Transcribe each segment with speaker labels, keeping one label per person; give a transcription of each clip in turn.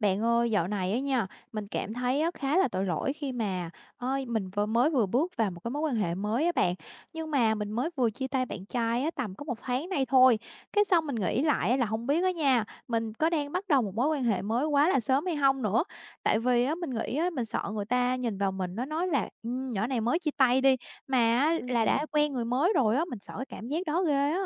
Speaker 1: Bạn ơi, dạo này á nha, mình cảm thấy á khá là tội lỗi khi mà, ơi mình vừa mới bước vào một cái mối quan hệ mới á bạn. Nhưng mà mình mới vừa chia tay bạn trai á tầm có một tháng nay thôi, cái xong mình nghĩ lại á là không biết á nha, mình có đang bắt đầu một mối quan hệ mới quá là sớm hay không nữa. Tại vì á, mình nghĩ á, mình sợ người ta nhìn vào mình nó nói là nhỏ này mới chia tay đi", mà á là
Speaker 2: Ừm,
Speaker 1: đã quen người mới rồi á, mình sợ cái cảm giác đó ghê á.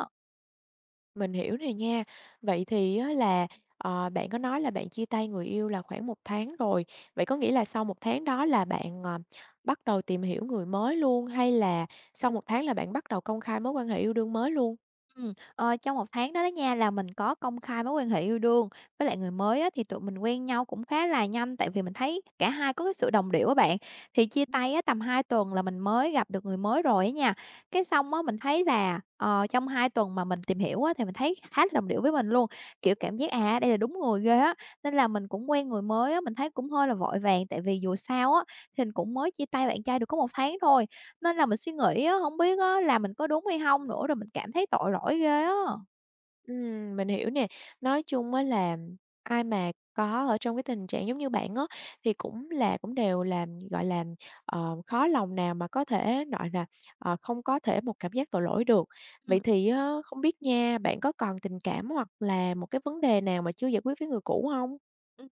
Speaker 2: mình hiểu rồi nha. Vậy thì á là, bạn có nói là bạn chia tay người yêu là khoảng một tháng rồi, vậy có nghĩa là sau một tháng đó là bạn, bắt đầu tìm hiểu người mới luôn, hay là sau một tháng là bạn bắt đầu công khai mối quan hệ yêu đương mới luôn?
Speaker 1: Ờ, Trong một tháng đó đó nha là mình có công khai mối quan hệ yêu đương, với lại người mới á thì tụi mình quen nhau cũng khá là nhanh, tại vì mình thấy cả hai có cái sự đồng điệu á bạn. Thì chia tay á tầm 2 tuần là mình mới gặp được người mới rồi á nha. Cái xong á mình thấy là, trong 2 tuần mà mình tìm hiểu á thì mình thấy khá là đồng điệu với mình luôn, kiểu, cảm giác, à, đây là đúng người ghê á, nên là mình cũng quen người mới á, mình thấy cũng hơi là vội vàng, tại vì dù sao á thì mình cũng mới chia tay bạn trai được có một tháng thôi. Nên là mình suy nghĩ á, hổng biết á là mình có đúng hay hông nữa, rồi mình cảm thấy tội lỗi ghê á.
Speaker 2: Mình hiểu nè. Nói chung á là ai mà có ở trong cái tình trạng giống như bạn á, thì cũng là cũng đều làm gọi là, khó lòng nào mà có thể, gọi là, không có thể một cảm giác tội lỗi được. Vậy thì á, không biết nha, bạn có còn tình cảm hoặc là một cái vấn đề nào mà chưa giải quyết với người cũ không?
Speaker 1: Ừm.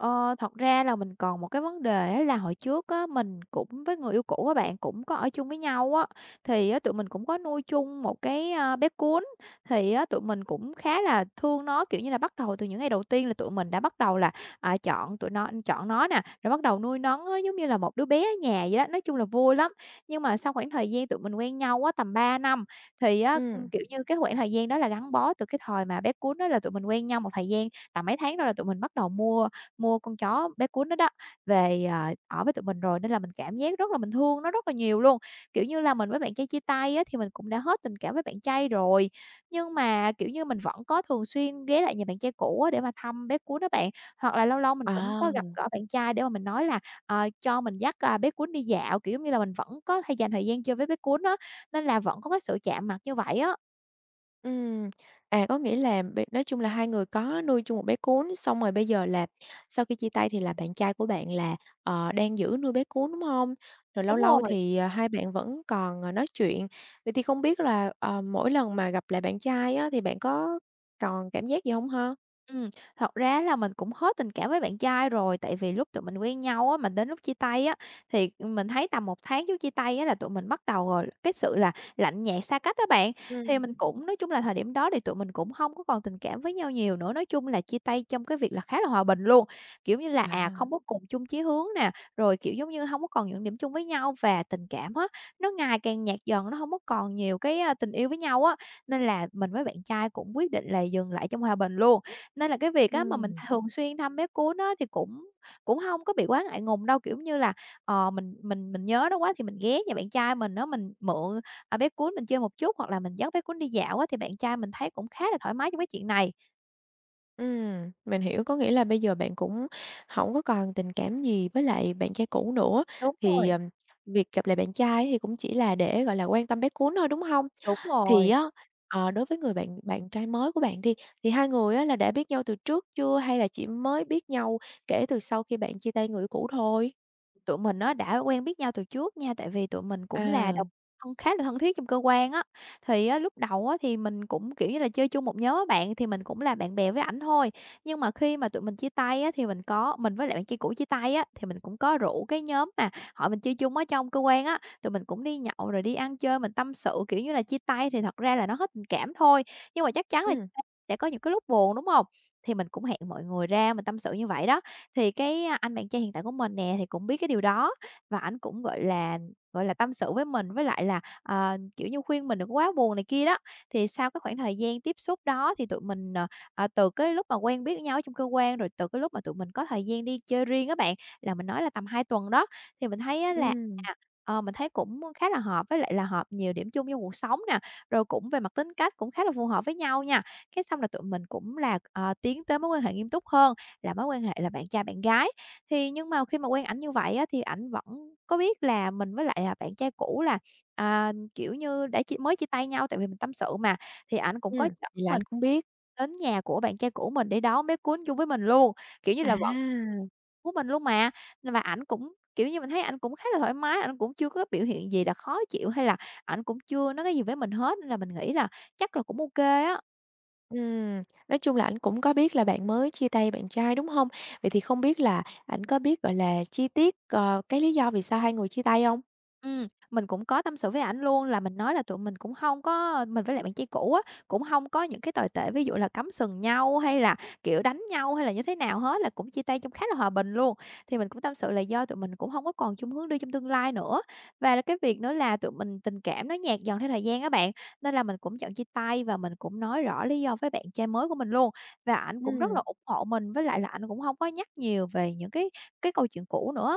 Speaker 1: Thật ra là mình còn một cái vấn đề á là hồi trước á, mình cũng với người yêu cũ á bạn, cũng có ở chung với nhau á, thì á tụi mình cũng có nuôi chung một cái, a, bé cún. Thì á tụi mình cũng khá là thương nó, kiểu như là, bắt đầu từ những ngày đầu tiên là tụi mình đã bắt đầu là, à, chọn nó nè, rồi bắt đầu nuôi nó á, giống như là một đứa bé ở nhà vậy đó, nói chung là vui lắm. Nhưng mà sau khoảng thời gian tụi mình quen nhau á, tầm 3 năm, thì á,
Speaker 2: Ừm,
Speaker 1: kiểu như, cái khoảng thời gian đó là gắn bó từ cái thời mà bé cún đó là tụi mình quen nhau một thời gian. Tầm mấy tháng rồi là tụi mình bắt đầu mua mua con chó bé cún đó đó về, ở với tụi mình rồi, nên là mình cảm giác rất là mình thương nó rất là nhiều luôn. Kiểu như là, mình với bạn trai chia tay á, thì mình cũng đã hết tình cảm với bạn trai rồi, nhưng mà, kiểu như, mình vẫn có thường xuyên ghé lại nhà bạn trai cũ á để mà thăm bé cún á bạn. Hoặc là lâu lâu mình cũng có gặp
Speaker 2: à.
Speaker 1: gỡ bạn trai để mà mình nói là, cho mình dắt, a, bé cún đi dạo, kiểu, giống như là, mình vẫn có hay dành thời gian chơi với bé cún á, nên là vẫn có cái sự chạm mặt như vậy á.
Speaker 2: Ừm, à, có nghĩa là nói chung là hai người có nuôi chung một bé cún, xong rồi bây giờ là sau khi chia tay thì là bạn trai của bạn là, đang giữ nuôi bé cún, đúng không? Rồi lâu
Speaker 1: Đúng
Speaker 2: lâu
Speaker 1: rồi.
Speaker 2: thì, hai bạn vẫn còn, nói chuyện. Vậy thì không biết là, mỗi lần mà gặp lại bạn trai á thì bạn có còn cảm giác gì không ha?
Speaker 1: Ừm, Thật ra là mình cũng hết tình cảm với bạn trai rồi, tại vì lúc tụi mình quen nhau á, mà đến lúc chia tay á, thì mình thấy tầm một tháng trước chia tay á là tụi mình bắt đầu, rồi cái sự là lạnh nhạt, xa cách đó bạn. Thì
Speaker 2: Ừm.
Speaker 1: mình cũng nói chung là thời điểm đó thì tụi mình cũng không có còn tình cảm với nhau nhiều nữa, nói chung là chia tay trong cái việc là khá là hòa bình luôn. Kiểu như là, à,
Speaker 2: À,
Speaker 1: không có cùng chung chí hướng nè, rồi, kiểu, giống như, không có còn những điểm chung với nhau và tình cảm á, nó ngày càng nhạt dần, nó không có còn nhiều cái, a, tình yêu với nhau á, nên là mình với bạn trai cũng quyết định là dừng lại trong hòa bình luôn. Nên là cái việc á mà mình
Speaker 2: ừm.
Speaker 1: thường xuyên thăm bé cún á thì cũng cũng hông có bị quá ngại ngùng đâu, kiểu như là, ờ, mình nhớ nó quá thì mình ghé nhà bạn trai mình á, mình mượn, à, bé cún mình chơi một chút hoặc là mình dắt bé cún đi dạo á, thì bạn trai mình thấy cũng khá là thoải mái trong cái chuyện này.
Speaker 2: Mình hiểu, có nghĩa là bây giờ bạn cũng hổng có còn tình cảm gì với lại bạn trai cũ nữa,
Speaker 1: Đúng
Speaker 2: thì,
Speaker 1: rồi,
Speaker 2: việc gặp lại bạn trai thì cũng chỉ là để, gọi là, quan tâm bé cuốn thôi, đúng hông?
Speaker 1: đúng
Speaker 2: Thì
Speaker 1: rồi.
Speaker 2: á, đối với người bạn bạn trai mới của bạn đi, thì hai người á là đã biết nhau từ trước chưa hay là chỉ mới biết nhau kể từ sau khi bạn chia tay người yêu cũ thôi?
Speaker 1: Tụi mình nó đã quen biết nhau từ trước nha, tại vì tụi mình cũng là
Speaker 2: À,
Speaker 1: đồng thân khá là thân thiết trong cơ quan á. Thì á lúc đầu á thì mình cũng, kiểu như là, chơi chung một nhóm á bạn, thì mình cũng là bạn bè với ảnh thôi. Nhưng mà khi mà tụi mình chia tay á thì mình có mình với lại bạn kia cũ chia tay á, thì mình cũng có rủ cái nhóm mà họ mình chơi chung ở trong cơ quan á, tụi mình cũng đi nhậu rồi đi ăn chơi, mình tâm sự, kiểu như là, chia tay thì thật ra là nó hết tình cảm thôi, nhưng mà chắc chắn là
Speaker 2: ừm,
Speaker 1: sẽ có những cái lúc buồn, đúng không? Thì mình cũng hẹn mọi người ra mình tâm sự như vậy đó. Thì cái, a, anh bạn trai hiện tại của mình nè thì cũng biết cái điều đó và ảnh cũng, gọi là, tâm sự với mình, với lại là, ờ, kiểu như, khuyên mình đừng có quá buồn này kia đó. Thì sau cái khoảng thời gian tiếp xúc đó thì tụi mình, từ cái lúc mà quen biết nhau ở trong cơ quan, rồi từ cái lúc mà tụi mình có thời gian đi chơi riêng các bạn, là mình nói là tầm 2 tuần đó, thì mình thấy á là,
Speaker 2: ừm,
Speaker 1: mình thấy cũng khá là hợp, với lại là hợp nhiều điểm chung trong cuộc sống nè, rồi cũng về mặt tính cách cũng khá là phù hợp với nhau nha. Cái xong là tụi mình cũng là, tiến tới mối quan hệ nghiêm túc hơn là mối quan hệ là bạn trai bạn gái. Thì nhưng mà khi mà quen ảnh như vậy á, thì ảnh vẫn có biết là mình với lại, à, bạn trai cũ là, à, kiểu như, đã chỉ mới chia tay nhau tại vì mình tâm sự mà, thì ảnh cũng
Speaker 2: ừm,
Speaker 1: có chở
Speaker 2: vậy là ảnh
Speaker 1: mình
Speaker 2: cũng biết,
Speaker 1: đến nhà của bạn trai cũ mình để đón bé cuốn chung với mình luôn, kiểu như là, vẫn
Speaker 2: à.
Speaker 1: của mình luôn mà. Và ảnh cũng, kiểu như, mình thấy ảnh cũng khá là thoải mái, ảnh cũng chưa có biểu hiện gì là khó chịu hay là ảnh cũng chưa nói cái gì với mình hết, nên là mình nghĩ là chắc là cũng ok á.
Speaker 2: Ừm, nói chung là ảnh cũng có biết là bạn mới chia tay bạn trai, đúng hông? Vậy thì không biết là ảnh có biết, gọi là, chi tiết, cái lý do vì sao hai người chia tay hông?
Speaker 1: Mình cũng có tâm sự với ảnh luôn là mình nói là tụi mình cũng không có mình với lại bạn trai cũ á, cũng không có những cái tồi tệ ví dụ là cắm sừng nhau hay là, kiểu, đánh nhau hay là như thế nào hết, là cũng chia tay trong khá là hòa bình luôn. Thì mình cũng tâm sự là do tụi mình cũng không có còn chung hướng đi trong tương lai nữa, và là cái việc nữa là tụi mình tình cảm nó nhạt dần theo thời gian á bạn, nên là mình cũng chọn chia tay và mình cũng nói rõ lý do với bạn trai mới của mình luôn. Và ảnh cũng rất
Speaker 2: Ừm.
Speaker 1: là ủng hộ mình, với lại là ảnh cũng không có nhắc nhiều về những cái câu chuyện cũ nữa.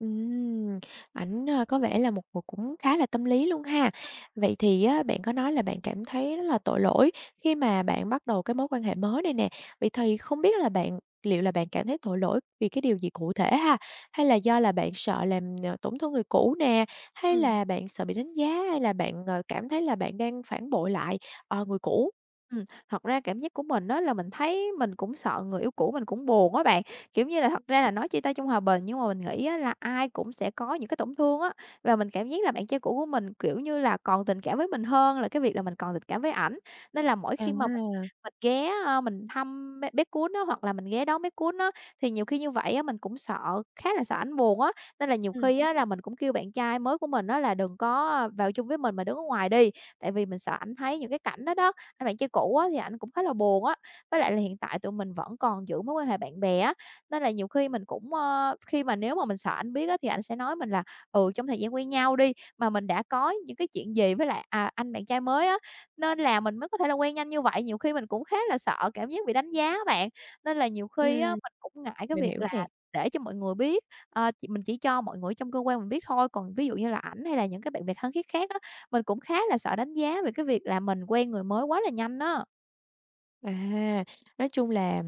Speaker 2: Ừm, ảnh, có vẻ là một người cũng khá là tâm lý luôn ha. Vậy thì á, bạn có nói là bạn cảm thấy rất là tội lỗi khi mà bạn bắt đầu cái mối quan hệ mới này nè. Vậy thì không biết là bạn liệu là bạn cảm thấy tội lỗi vì cái điều gì cụ thể ha? Hay là do là bạn sợ làm, tổn thương người cũ nè? Hay
Speaker 1: Ừm.
Speaker 2: là bạn sợ bị đánh giá? Hay là bạn, cảm thấy là bạn đang phản bội lại, người cũ?
Speaker 1: Thật ra cảm giác của mình đó là mình thấy mình cũng sợ người yêu cũ mình cũng buồn á bạn. Kiểu như là, thật ra là nói chia tay trong hòa bình nhưng mà mình nghĩ á là ai cũng sẽ có những cái tổn thương á, và mình cảm giác là bạn trai cũ của mình, kiểu như là, còn tình cảm với mình hơn là cái việc là mình còn tình cảm với ảnh. Nên là mỗi
Speaker 2: À,
Speaker 1: khi mà mình ghé, ơ, mình thăm bé bé Cún á, hoặc là mình ghé đón bé cuốn á, thì nhiều khi như vậy á mình cũng sợ, khá là sợ ảnh buồn á. Nên là nhiều
Speaker 2: ừm,
Speaker 1: khi á là mình cũng kêu bạn trai mới của mình đó là đừng có vào chung với mình mà đứng ở ngoài đi, tại vì mình sợ ảnh thấy những cái cảnh đó đó anh bạn chơi cũ á, thì ảnh cũng khá là buồn á. Với lại là hiện tại tụi mình vẫn còn giữ mối quan hệ bạn bè á, nên là nhiều khi mình cũng, ơ, khi mà nếu mà mình sợ ảnh biết á, thì anh sẽ nói mình là "Ừ, trong thời gian quen nhau đi, mà mình đã có những cái chuyện gì với lại, anh bạn trai mới á, nên là mình mới có thể là quen nhanh như vậy." Nhiều khi mình cũng khá là sợ cảm giác bị đánh giá á bạn, nên là nhiều khi á,
Speaker 2: ừm,
Speaker 1: mình cũng ngại cái
Speaker 2: mình
Speaker 1: việc
Speaker 2: hiểu
Speaker 1: là
Speaker 2: nè.
Speaker 1: để cho mọi người biết, chỉ mình chỉ cho mọi người trong cơ quan mình biết thôi, còn ví dụ như là ảnh hay là những cái bạn bè thân thiết khác á mình cũng khá là sợ đánh giá về cái việc là mình quen người mới quá là nhanh đó.
Speaker 2: À, nói chung là,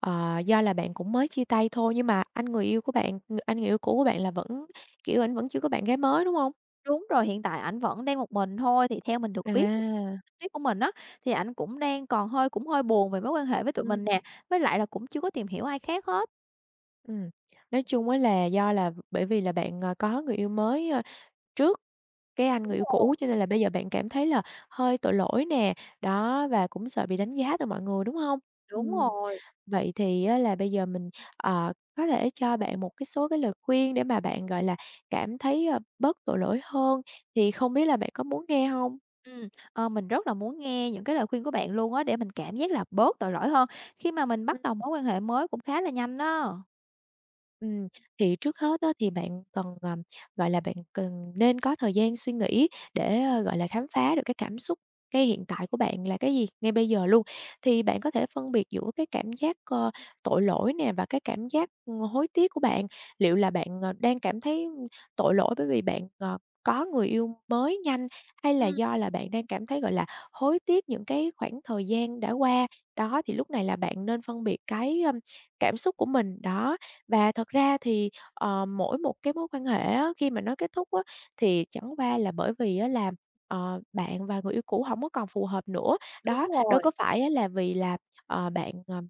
Speaker 2: do là bạn cũng mới chia tay thôi, nhưng mà anh người yêu cũ của bạn là vẫn, kiểu, anh vẫn chưa có bạn gái mới, đúng không?
Speaker 1: Đúng rồi, hiện tại ảnh vẫn đang một mình thôi, thì theo mình được biết được
Speaker 2: À,
Speaker 1: tâm lý của mình á, thì ảnh cũng đang còn hơi cũng hơi buồn về mối quan hệ với tụi
Speaker 2: ừm,
Speaker 1: mình nè, với lại là cũng chưa có tìm hiểu ai khác hết.
Speaker 2: ừm. Nói chung á là do là bởi vì là bạn, có người yêu mới, trước cái anh
Speaker 1: Đúng
Speaker 2: người yêu
Speaker 1: rồi,
Speaker 2: cũ cho nên là bây giờ bạn cảm thấy là hơi tội lỗi nè, đó, và cũng sợ bị đánh giá từ mọi người, đúng không?
Speaker 1: đúng
Speaker 2: Ừm.
Speaker 1: rồi.
Speaker 2: Vậy thì á là bây giờ mình, có thể cho bạn một cái số cái lời khuyên để mà bạn, gọi là, cảm thấy, bớt tội lỗi hơn, thì không biết là bạn có muốn nghe không?
Speaker 1: Ờ, mình rất là muốn nghe những cái lời khuyên của bạn luôn á, để mình cảm giác là bớt tội lỗi hơn khi mà mình bắt đầu mối quan hệ mới cũng khá là nhanh đó.
Speaker 2: Ừm, thì trước hết đó thì bạn cần, gọi là, bạn cần nên có thời gian suy nghĩ để,
Speaker 1: Ừm,
Speaker 2: gọi là, khám phá được cái cảm xúc, cái hiện tại của bạn là cái gì ngay bây giờ luôn. Thì bạn có thể phân biệt giữa cái cảm giác, tội lỗi nè và cái cảm giác, hối tiếc của bạn. Liệu là bạn, đang cảm thấy tội lỗi bởi vì bạn, có người yêu mới nhanh hay là
Speaker 1: ừm,
Speaker 2: do là bạn đang cảm thấy, gọi là, hối tiếc những cái khoảng thời gian đã qua? Đó, thì lúc này là bạn nên phân biệt cái, cảm xúc của mình, đó. Và thật ra thì, mỗi một cái mối quan hệ á, khi mà nó kết thúc á, thì chẳng qua là bởi vì á là, bạn và người yêu cũ không có còn phù hợp nữa.
Speaker 1: đúng
Speaker 2: Đó, đâu
Speaker 1: rồi,
Speaker 2: có phải á là vì là, bạn,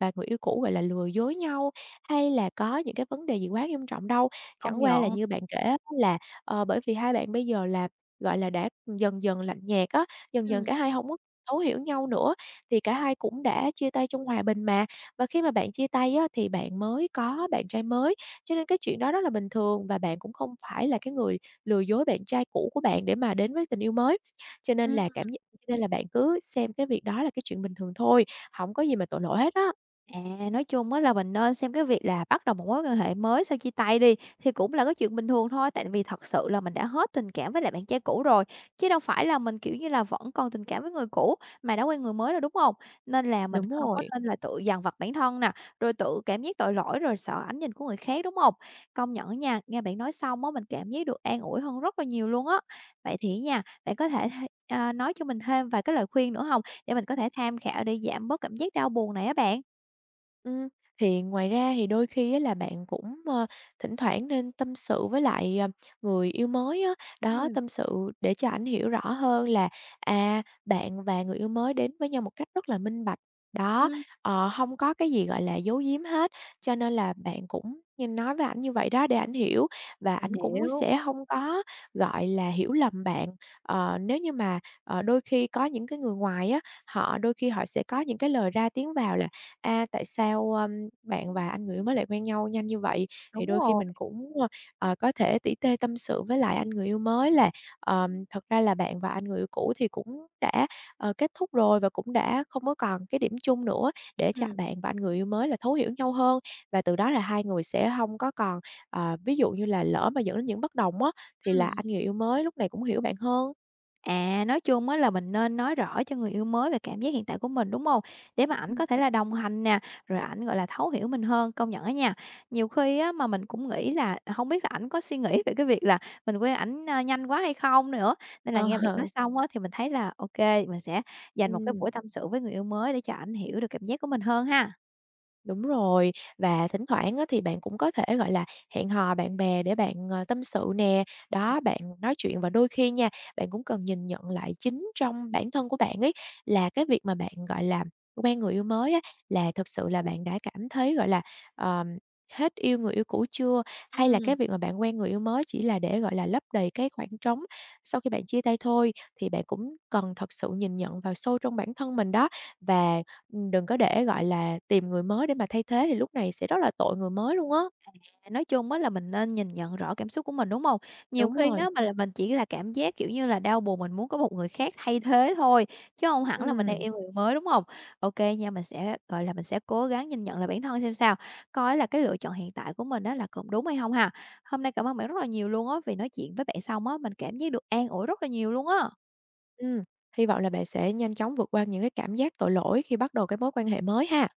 Speaker 2: và người yêu cũ, gọi là, lừa dối nhau hay là có những cái vấn đề gì quá nghiêm trọng đâu.
Speaker 1: công
Speaker 2: Chẳng qua
Speaker 1: nhận.
Speaker 2: là như bạn kể á là, bởi vì hai bạn bây giờ là, gọi là, đã dần dần lạnh nhạt á, dần dần
Speaker 1: Ừm.
Speaker 2: cả hai không có thấu hiểu nhau nữa, thì cả hai cũng đã chia tay trong hòa bình mà. Và khi mà bạn chia tay á, thì bạn mới có bạn trai mới, cho nên cái chuyện đó rất là bình thường và bạn cũng không phải là cái người lừa dối bạn trai cũ của bạn để mà đến với tình yêu mới. Cho nên
Speaker 1: Ừm.
Speaker 2: là cảm nhận cho nên là bạn cứ xem cái việc đó là cái chuyện bình thường thôi, hổng có gì mà tội lỗi hết á.
Speaker 1: À, nói chung á là mình nên xem cái việc là bắt đầu một mối quan hệ mới sau chia tay đi thì cũng là cái chuyện bình thường thôi, tại vì thật sự là mình đã hết tình cảm với lại bạn trai cũ rồi, chứ đâu phải là mình, kiểu như là, vẫn còn tình cảm với người cũ mà đã quen người mới rồi, đúng không? Nên là mình
Speaker 2: Đúng
Speaker 1: không có
Speaker 2: rồi.
Speaker 1: nên là tự dằn vặt bản thân nè, rồi tự cảm giác tội lỗi rồi sợ ánh nhìn của người khác, đúng không? Công nhận nha, nghe bạn nói xong á, mình cảm giác được an ủi hơn rất là nhiều luôn á. Vậy thì nha, bạn có thể nói cho mình thêm vài cái lời khuyên nữa không để mình có thể tham khảo để giảm bớt cảm giác đau buồn này á bạn?
Speaker 2: Ừm, thì ngoài ra thì đôi khi á là bạn cũng, thỉnh thoảng nên tâm sự với lại, người yêu mới á. Đó,
Speaker 1: Ừm,
Speaker 2: tâm sự để cho ảnh hiểu rõ hơn là, bạn và người yêu mới đến với nhau một cách rất là minh bạch. Đó,
Speaker 1: ừm.
Speaker 2: hông có cái gì, gọi là, giấu giếm hết, cho nên là bạn cũng như nói với ảnh như vậy đó để ảnh hiểu và
Speaker 1: Mình
Speaker 2: ảnh cũng
Speaker 1: hiểu,
Speaker 2: sẽ không có, gọi là, hiểu lầm bạn. Nếu như mà, đôi khi có những cái người ngoài á, họ đôi khi họ sẽ có những cái lời ra tiếng vào là A, tại sao, bạn và anh người yêu mới lại quen nhau nhanh như vậy? Thì
Speaker 1: đúng
Speaker 2: đôi khi
Speaker 1: rồi.
Speaker 2: mình cũng, có thể tỉ tê tâm sự với lại anh người yêu mới là, thật ra là bạn và anh người yêu cũ thì cũng đã, kết thúc rồi và cũng đã không có còn cái điểm chung nữa để cho
Speaker 1: Ừm,
Speaker 2: bạn và anh người yêu mới là thấu hiểu nhau hơn. Và từ đó là hai người sẽ không có còn, ví dụ như là lỡ mà dẫn đến những bất đồng á, thì là
Speaker 1: ừm.
Speaker 2: anh người yêu mới lúc này cũng hiểu bạn hơn.
Speaker 1: À, nói chung á là mình nên nói rõ cho người yêu mới về cảm giác hiện tại của mình, đúng hông? Để mà ảnh
Speaker 2: Ừm.
Speaker 1: có thể là đồng hành nè, rồi ảnh, gọi là, thấu hiểu mình hơn. Công nhận á nha, nhiều khi á mà mình cũng nghĩ là hông biết là ảnh có suy nghĩ về cái việc là mình quen ảnh nhanh quá hay không nữa, nên là
Speaker 2: Ờ,
Speaker 1: nghe bạn nói xong á thì mình thấy là ô kê, mình sẽ dành một cái
Speaker 2: ừm.
Speaker 1: buổi tâm sự với người yêu mới để cho ảnh hiểu được cảm giác của mình hơn ha.
Speaker 2: Đúng rồi, và thỉnh thoảng á, thì bạn cũng có thể, gọi là, hẹn hò bạn bè để bạn, tâm sự nè. Đó, bạn nói chuyện và đôi khi nha, bạn cũng cần nhìn nhận lại chính trong bản thân của bạn ấy, là cái việc mà bạn, gọi là, quen người yêu mới á, là thực sự là bạn đã cảm thấy, gọi là, ờm, hết yêu người yêu cũ chưa? Hay là cái
Speaker 1: Ừm.
Speaker 2: việc mà bạn quen người yêu mới chỉ là để, gọi là, lấp đầy cái khoảng trống sau khi bạn chia tay thôi? Thì bạn cũng cần thật sự nhìn nhận vào sâu trong bản thân mình đó, và đừng có để, gọi là, tìm người mới để mà thay thế thì lúc này sẽ rất là tội người mới luôn á.
Speaker 1: À, nói chung á là mình nên nhìn nhận rõ cảm xúc của mình, đúng hông? Nhiều
Speaker 2: Đúng
Speaker 1: khi
Speaker 2: rồi,
Speaker 1: á, mình là mình chỉ là cảm giác, kiểu như là, đau buồn, mình muốn có một người khác thay thế thôi, chứ hông hẳn là mình đang
Speaker 2: ừm,
Speaker 1: yêu người mới, đúng hông? Ô kê nha, mình sẽ, gọi là, mình sẽ cố gắng nhìn nhận lại bản thân xem sao, coi là cái lựa chọn hiện tại của mình á là còn đúng hay hông ha. Hôm nay cảm ơn bạn rất là nhiều luôn á, vì nói chuyện với bạn xong á, mình cảm giác được an ủi rất là nhiều luôn á.
Speaker 2: ừm, hy vọng là bạn sẽ nhanh chóng vượt qua những cái cảm giác tội lỗi khi bắt đầu cái mối quan hệ mới ha.